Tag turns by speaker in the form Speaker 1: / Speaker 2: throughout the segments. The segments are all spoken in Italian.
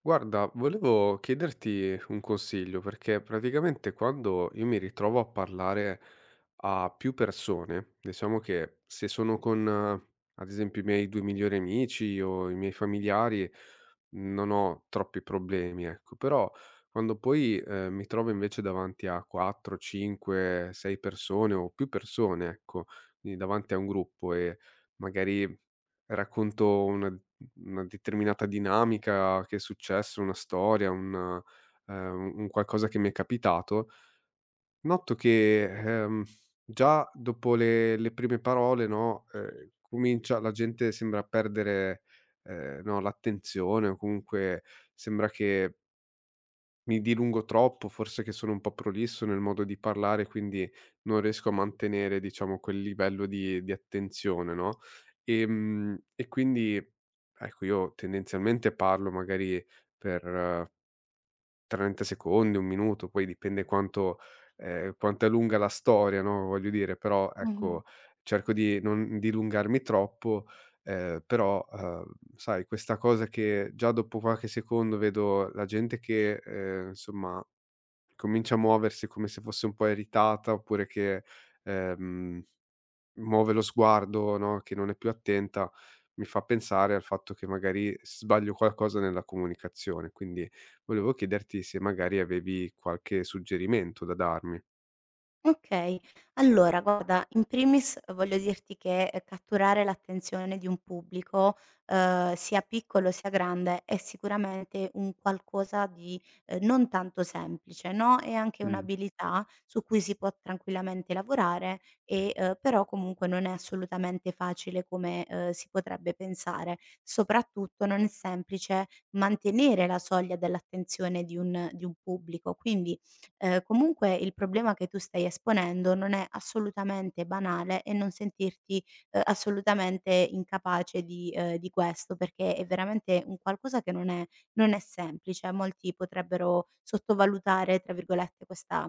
Speaker 1: Guarda, volevo chiederti un consiglio perché praticamente quando io mi ritrovo a parlare a più persone, diciamo che se sono con, ad esempio, i miei due migliori amici o i miei familiari, non ho troppi problemi, ecco, però quando poi mi trovo invece davanti a 4, 5, 6 persone o più persone, ecco, quindi davanti a un gruppo e magari racconto una determinata dinamica che è successo, una storia, un qualcosa che mi è capitato, noto che, ehm, già dopo le prime parole, no, comincia la gente sembra perdere, no, l'attenzione o comunque sembra che mi dilungo troppo, forse che sono un po' prolisso nel modo di parlare, quindi non riesco a mantenere, diciamo, quel livello di attenzione, no, e quindi, ecco, io tendenzialmente parlo magari per 30 secondi, 1 minuto, poi dipende quanto quanto è lunga la storia, no, voglio dire, però,
Speaker 2: Mh-mh.
Speaker 1: ecco, cerco di non dilungarmi troppo, però, sai, questa cosa che già dopo qualche secondo vedo la gente che, insomma comincia a muoversi come se fosse un po' irritata oppure che, ehm, muove lo sguardo, no, che non è più attenta, mi fa pensare al fatto che magari sbaglio qualcosa nella comunicazione. Quindi volevo chiederti se magari avevi qualche suggerimento da darmi.
Speaker 2: Okay. Allora guarda, in primis voglio dirti che, catturare l'attenzione di un pubblico, sia piccolo sia grande, è sicuramente un qualcosa di, non tanto semplice, no, è anche
Speaker 1: Mh.
Speaker 2: un'abilità su cui si può tranquillamente lavorare e, però comunque non è assolutamente facile come, si potrebbe pensare. Soprattutto non è semplice mantenere la soglia dell'attenzione di un pubblico, quindi comunque il problema che tu stai esponendo non è assolutamente banale e non sentirti, assolutamente incapace di questo, perché è veramente un qualcosa che non è semplice. Molti potrebbero "sottovalutare" tra virgolette questa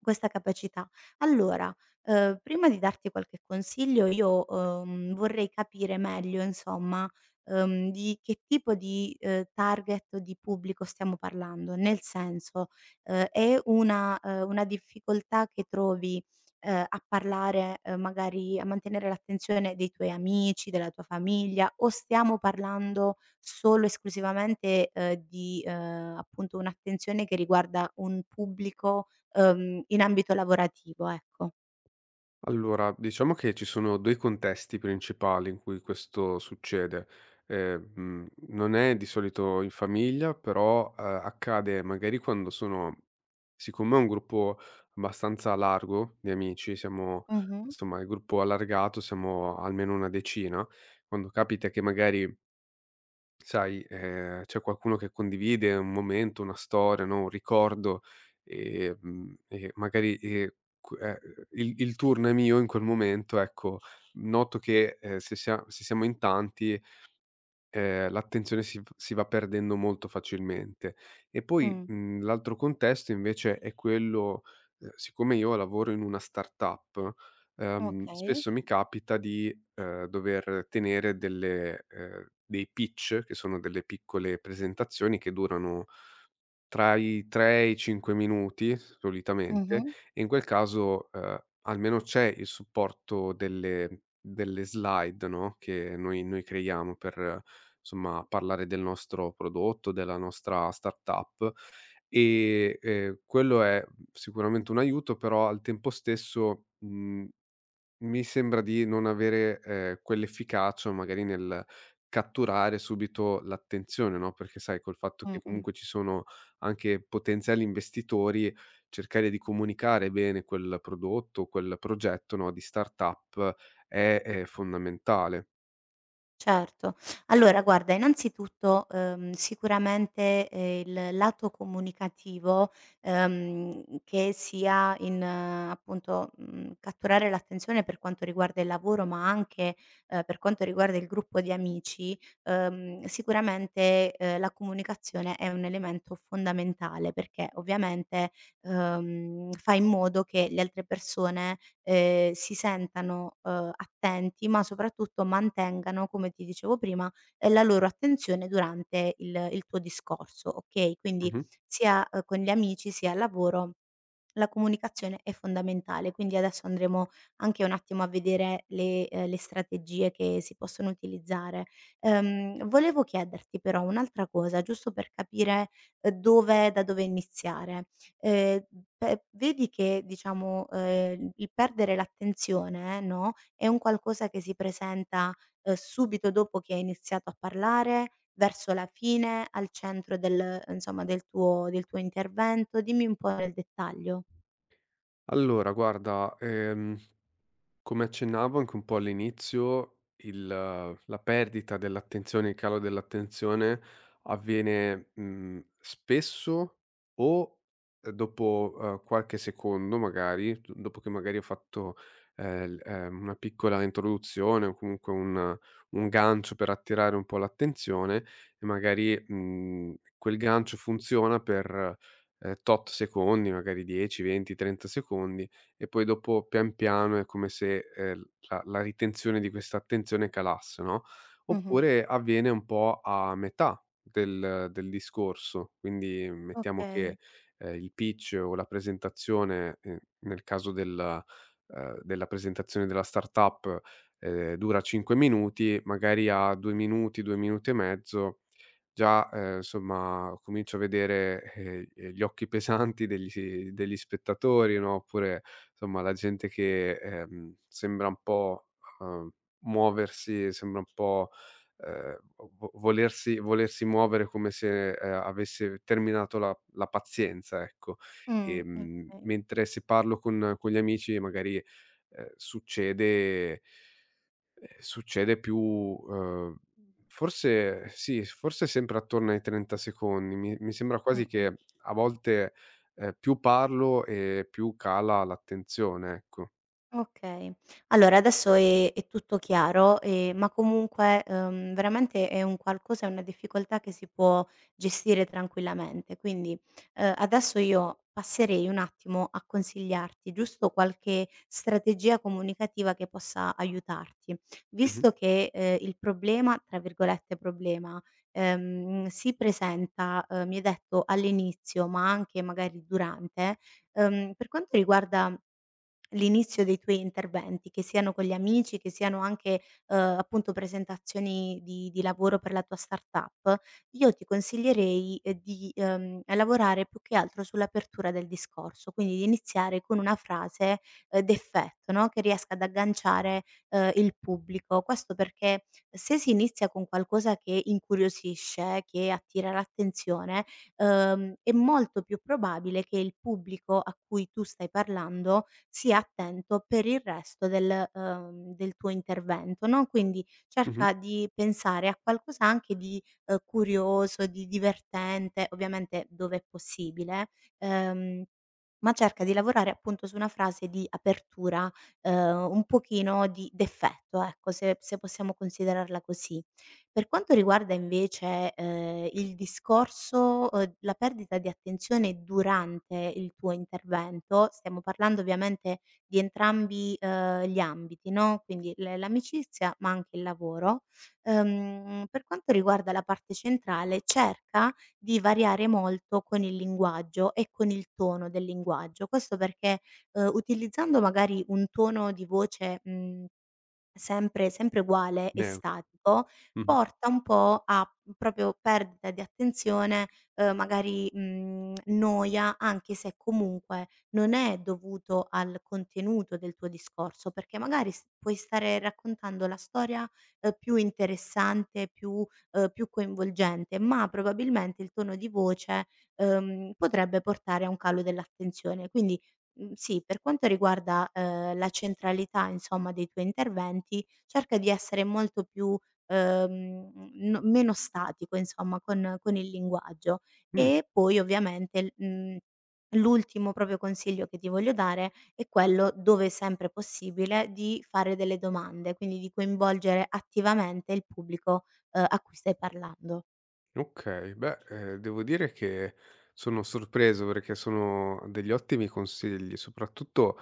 Speaker 2: questa capacità. Allora, prima di darti qualche consiglio io, vorrei capire meglio insomma, di che tipo di, target di pubblico stiamo parlando. Nel senso, è una difficoltà che trovi, a parlare, magari a mantenere l'attenzione dei tuoi amici, della tua famiglia, o stiamo parlando solo esclusivamente, di, appunto un'attenzione che riguarda un pubblico in ambito lavorativo, ecco.
Speaker 1: Allora, diciamo che ci sono 2 contesti principali in cui questo succede. Non è di solito in famiglia, però, accade magari quando sono siccome è un gruppo abbastanza largo di amici, siamo
Speaker 2: Mh-mh.
Speaker 1: insomma il gruppo allargato, siamo almeno una decina, quando capita che magari sai, c'è qualcuno che condivide un momento, una storia, no, un ricordo, e magari, q il turno è mio in quel momento, ecco, noto che, se siamo in tanti l'attenzione si va perdendo molto facilmente. E poi,
Speaker 2: Mh.
Speaker 1: l'altro contesto invece è quello siccome io lavoro in una startup,
Speaker 2: Okay.
Speaker 1: spesso mi capita di, dover tenere delle dei pitch, che sono delle piccole presentazioni che durano tra i 3 e i 5 minuti solitamente,
Speaker 2: Mh-mh.
Speaker 1: e in quel caso, almeno c'è il supporto delle slide, no, che noi creiamo per, insomma, parlare del nostro prodotto, della nostra startup e, quello è sicuramente un aiuto, però al tempo stesso, mhmm mi sembra di non avere, quell'efficacia magari nel catturare subito l'attenzione, no, perché sai col fatto che
Speaker 2: Mh-mh.
Speaker 1: comunque ci sono anche potenziali investitori, cercare di comunicare bene quel prodotto, quel progetto, no, di startup è fondamentale.
Speaker 2: Certo. Allora guarda, innanzitutto, sicuramente, il lato comunicativo, che sia in appunto, catturare l'attenzione per quanto riguarda il lavoro, ma anche, per quanto riguarda il gruppo di amici, sicuramente, la comunicazione è un elemento fondamentale, perché ovviamente fa in modo che le altre persone, si sentano, attenti, ma soprattutto mantengano, come ti dicevo prima, la loro attenzione durante il tuo discorso, okay, quindi
Speaker 1: Mh-mh.
Speaker 2: sia, con gli amici sia al lavoro la comunicazione è fondamentale, quindi adesso andremo anche un attimo a vedere le strategie che si possono utilizzare. Volevo chiederti però un'altra cosa, giusto per capire, dove da dove iniziare. Ehm, pe Vedi che diciamo, il perdere l'attenzione, no, è un qualcosa che si presenta, subito dopo che hai iniziato a parlare, verso la fine, al centro del insomma del tuo intervento? Dimmi un po' nel dettaglio.
Speaker 1: Allora guarda, come accennavo anche un po' all'inizio, il la perdita dell'attenzione, il calo dell'attenzione avviene, spesso o, dopo, qualche secondo magari, d dopo che magari ho fatto, l una piccola introduzione o comunque un gancio per attirare un po' l'attenzione e magari, quel gancio funziona per, tot secondi, magari 10, 20, 30 secondi, e poi dopo pian piano è come se, la ritenzione di questa attenzione calasse, no,
Speaker 2: Mh-mh.
Speaker 1: oppure avviene un po' a metà del discorso. Quindi mettiamo
Speaker 2: Okay.
Speaker 1: che, il pitch o la presentazione, nel caso del della presentazione della startup, dura 5 minuti, magari a 2 minuti, 2 minuti e mezzo già, insomma, comincio a vedere, gli occhi pesanti degli spettatori, no, oppure, insomma, la gente che, sembra un po', uhm, muoversi, sembra un po', vo vo volersi volersi muovere come se, avesse terminato la pazienza, ecco.
Speaker 2: Okay.
Speaker 1: Mentre se parlo con gli amici magari, succede succede più forse sì, forse sempre attorno ai 30 secondi. Mi sembra quasi che
Speaker 2: Mh-mh.
Speaker 1: a volte, più parlo e più cala l'attenzione, ecco.
Speaker 2: Okay. Allora adesso è tutto chiaro, ma comunque, veramente è un qualcosa è una difficoltà che si può gestire tranquillamente. Quindi, adesso io passerei un attimo a consigliarti giusto qualche strategia comunicativa che possa aiutarti.
Speaker 1: Mh-mh,
Speaker 2: Visto che, il problema, tra virgolette "problema", si presenta, mi hai detto all'inizio, ma anche magari durante, per quanto riguarda l'inizio dei tuoi interventi, che siano con gli amici, che siano anche, appunto presentazioni di lavoro per la tua startup, io ti consiglierei, di, lavorare più che altro sull'apertura del discorso, quindi di iniziare con una frase, d'effetto, no, che riesca ad agganciare, il pubblico. Questo perché se si inizia con qualcosa che incuriosisce, che attira l'attenzione è molto più probabile che il pubblico a cui tu stai parlando sia attento per il resto del, del tuo intervento, no, quindi
Speaker 1: mh-mh,
Speaker 2: cerca di pensare a qualcosa anche di, curioso, di divertente, ovviamente dove è possibile, ehm, ma cerca di lavorare appunto su una frase di apertura, un pochino di d'effetto, ecco, se possiamo considerarla così. Per quanto riguarda invece, il discorso la perdita di attenzione durante il tuo intervento, stiamo parlando ovviamente di entrambi, gli ambiti, no, quindi l l'amicizia, ma anche il lavoro. Per quanto riguarda la parte centrale, cerca di variare molto con il linguaggio e con il tono del linguaggio. Questo perché, utilizzando magari un tono di voce, mhmm sempre uguale e
Speaker 1: neutro.
Speaker 2: statico,
Speaker 1: Mh-mh.
Speaker 2: porta un po' a proprio perdita di attenzione, magari, noia, anche se comunque non è dovuto al contenuto del tuo discorso, perché magari s puoi stare raccontando la storia, più interessante, più più coinvolgente, ma probabilmente il tono di voce, potrebbe portare a un calo dell'attenzione. Quindi sì, per quanto riguarda, la centralità insomma dei tuoi interventi, cerca di essere molto più, no meno statico insomma con il linguaggio.
Speaker 1: Mh,
Speaker 2: E poi ovviamente, l'ultimo proprio consiglio che ti voglio dare è quello, dove è sempre possibile, di fare delle domande, quindi di coinvolgere attivamente il pubblico, a cui stai parlando.
Speaker 1: okay. Beh, devo dire che sono sorpreso perché sono degli ottimi consigli, soprattutto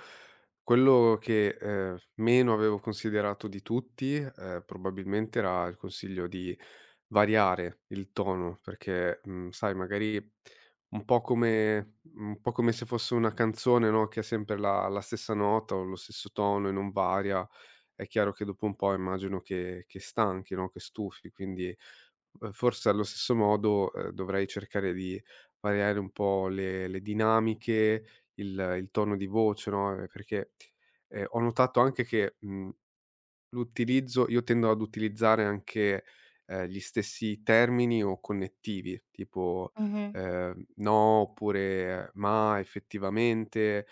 Speaker 1: quello che, meno avevo considerato di tutti, probabilmente era il consiglio di variare il tono perché, sai magari un po' come se fosse una canzone, no, che ha sempre la stessa nota o lo stesso tono e non varia, è chiaro che dopo un po' immagino che stanchi, no, che stufi, quindi, forse allo stesso modo, dovrei cercare di variare un po' le dinamiche, il tono di voce, no, perché, ho notato anche che, mhmm l'utilizzo io tendo ad utilizzare anche, gli stessi termini o connettivi, tipo,
Speaker 2: Mh-mh,
Speaker 1: "No" oppure "Ma", "Effettivamente".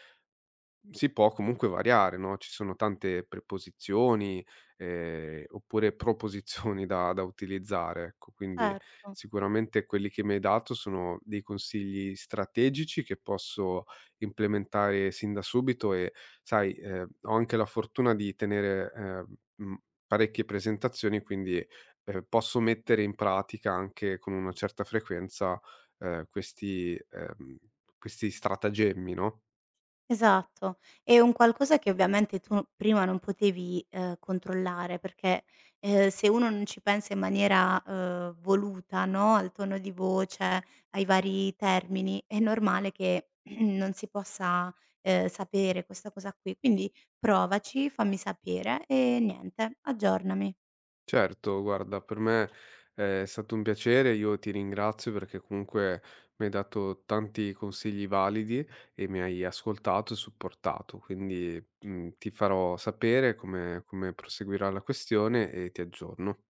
Speaker 1: Si può comunque variare, no, ci sono tante preposizioni, oppure proposizioni da utilizzare, ecco. Quindi
Speaker 2: certo.
Speaker 1: sicuramente quelli che mi hai dato sono dei consigli strategici che posso implementare sin da subito e sai, ho anche la fortuna di tenere, parecchie presentazioni, quindi, posso mettere in pratica anche con una certa frequenza, ehm, questi ehm, questi stratagemmi, no?
Speaker 2: Esatto. È un qualcosa che ovviamente tu prima non potevi, controllare perché, se uno non ci pensa in maniera, voluta, no, al tono di voce, ai vari termini, è normale che non si possa, sapere questa cosa qui. Quindi provaci, fammi sapere e niente, aggiornami.
Speaker 1: Certo, guarda, per me è stato un piacere, io ti ringrazio perché comunque mi hai dato tanti consigli validi e mi hai ascoltato e supportato, quindi ti farò sapere come, come proseguirà la questione e ti aggiorno.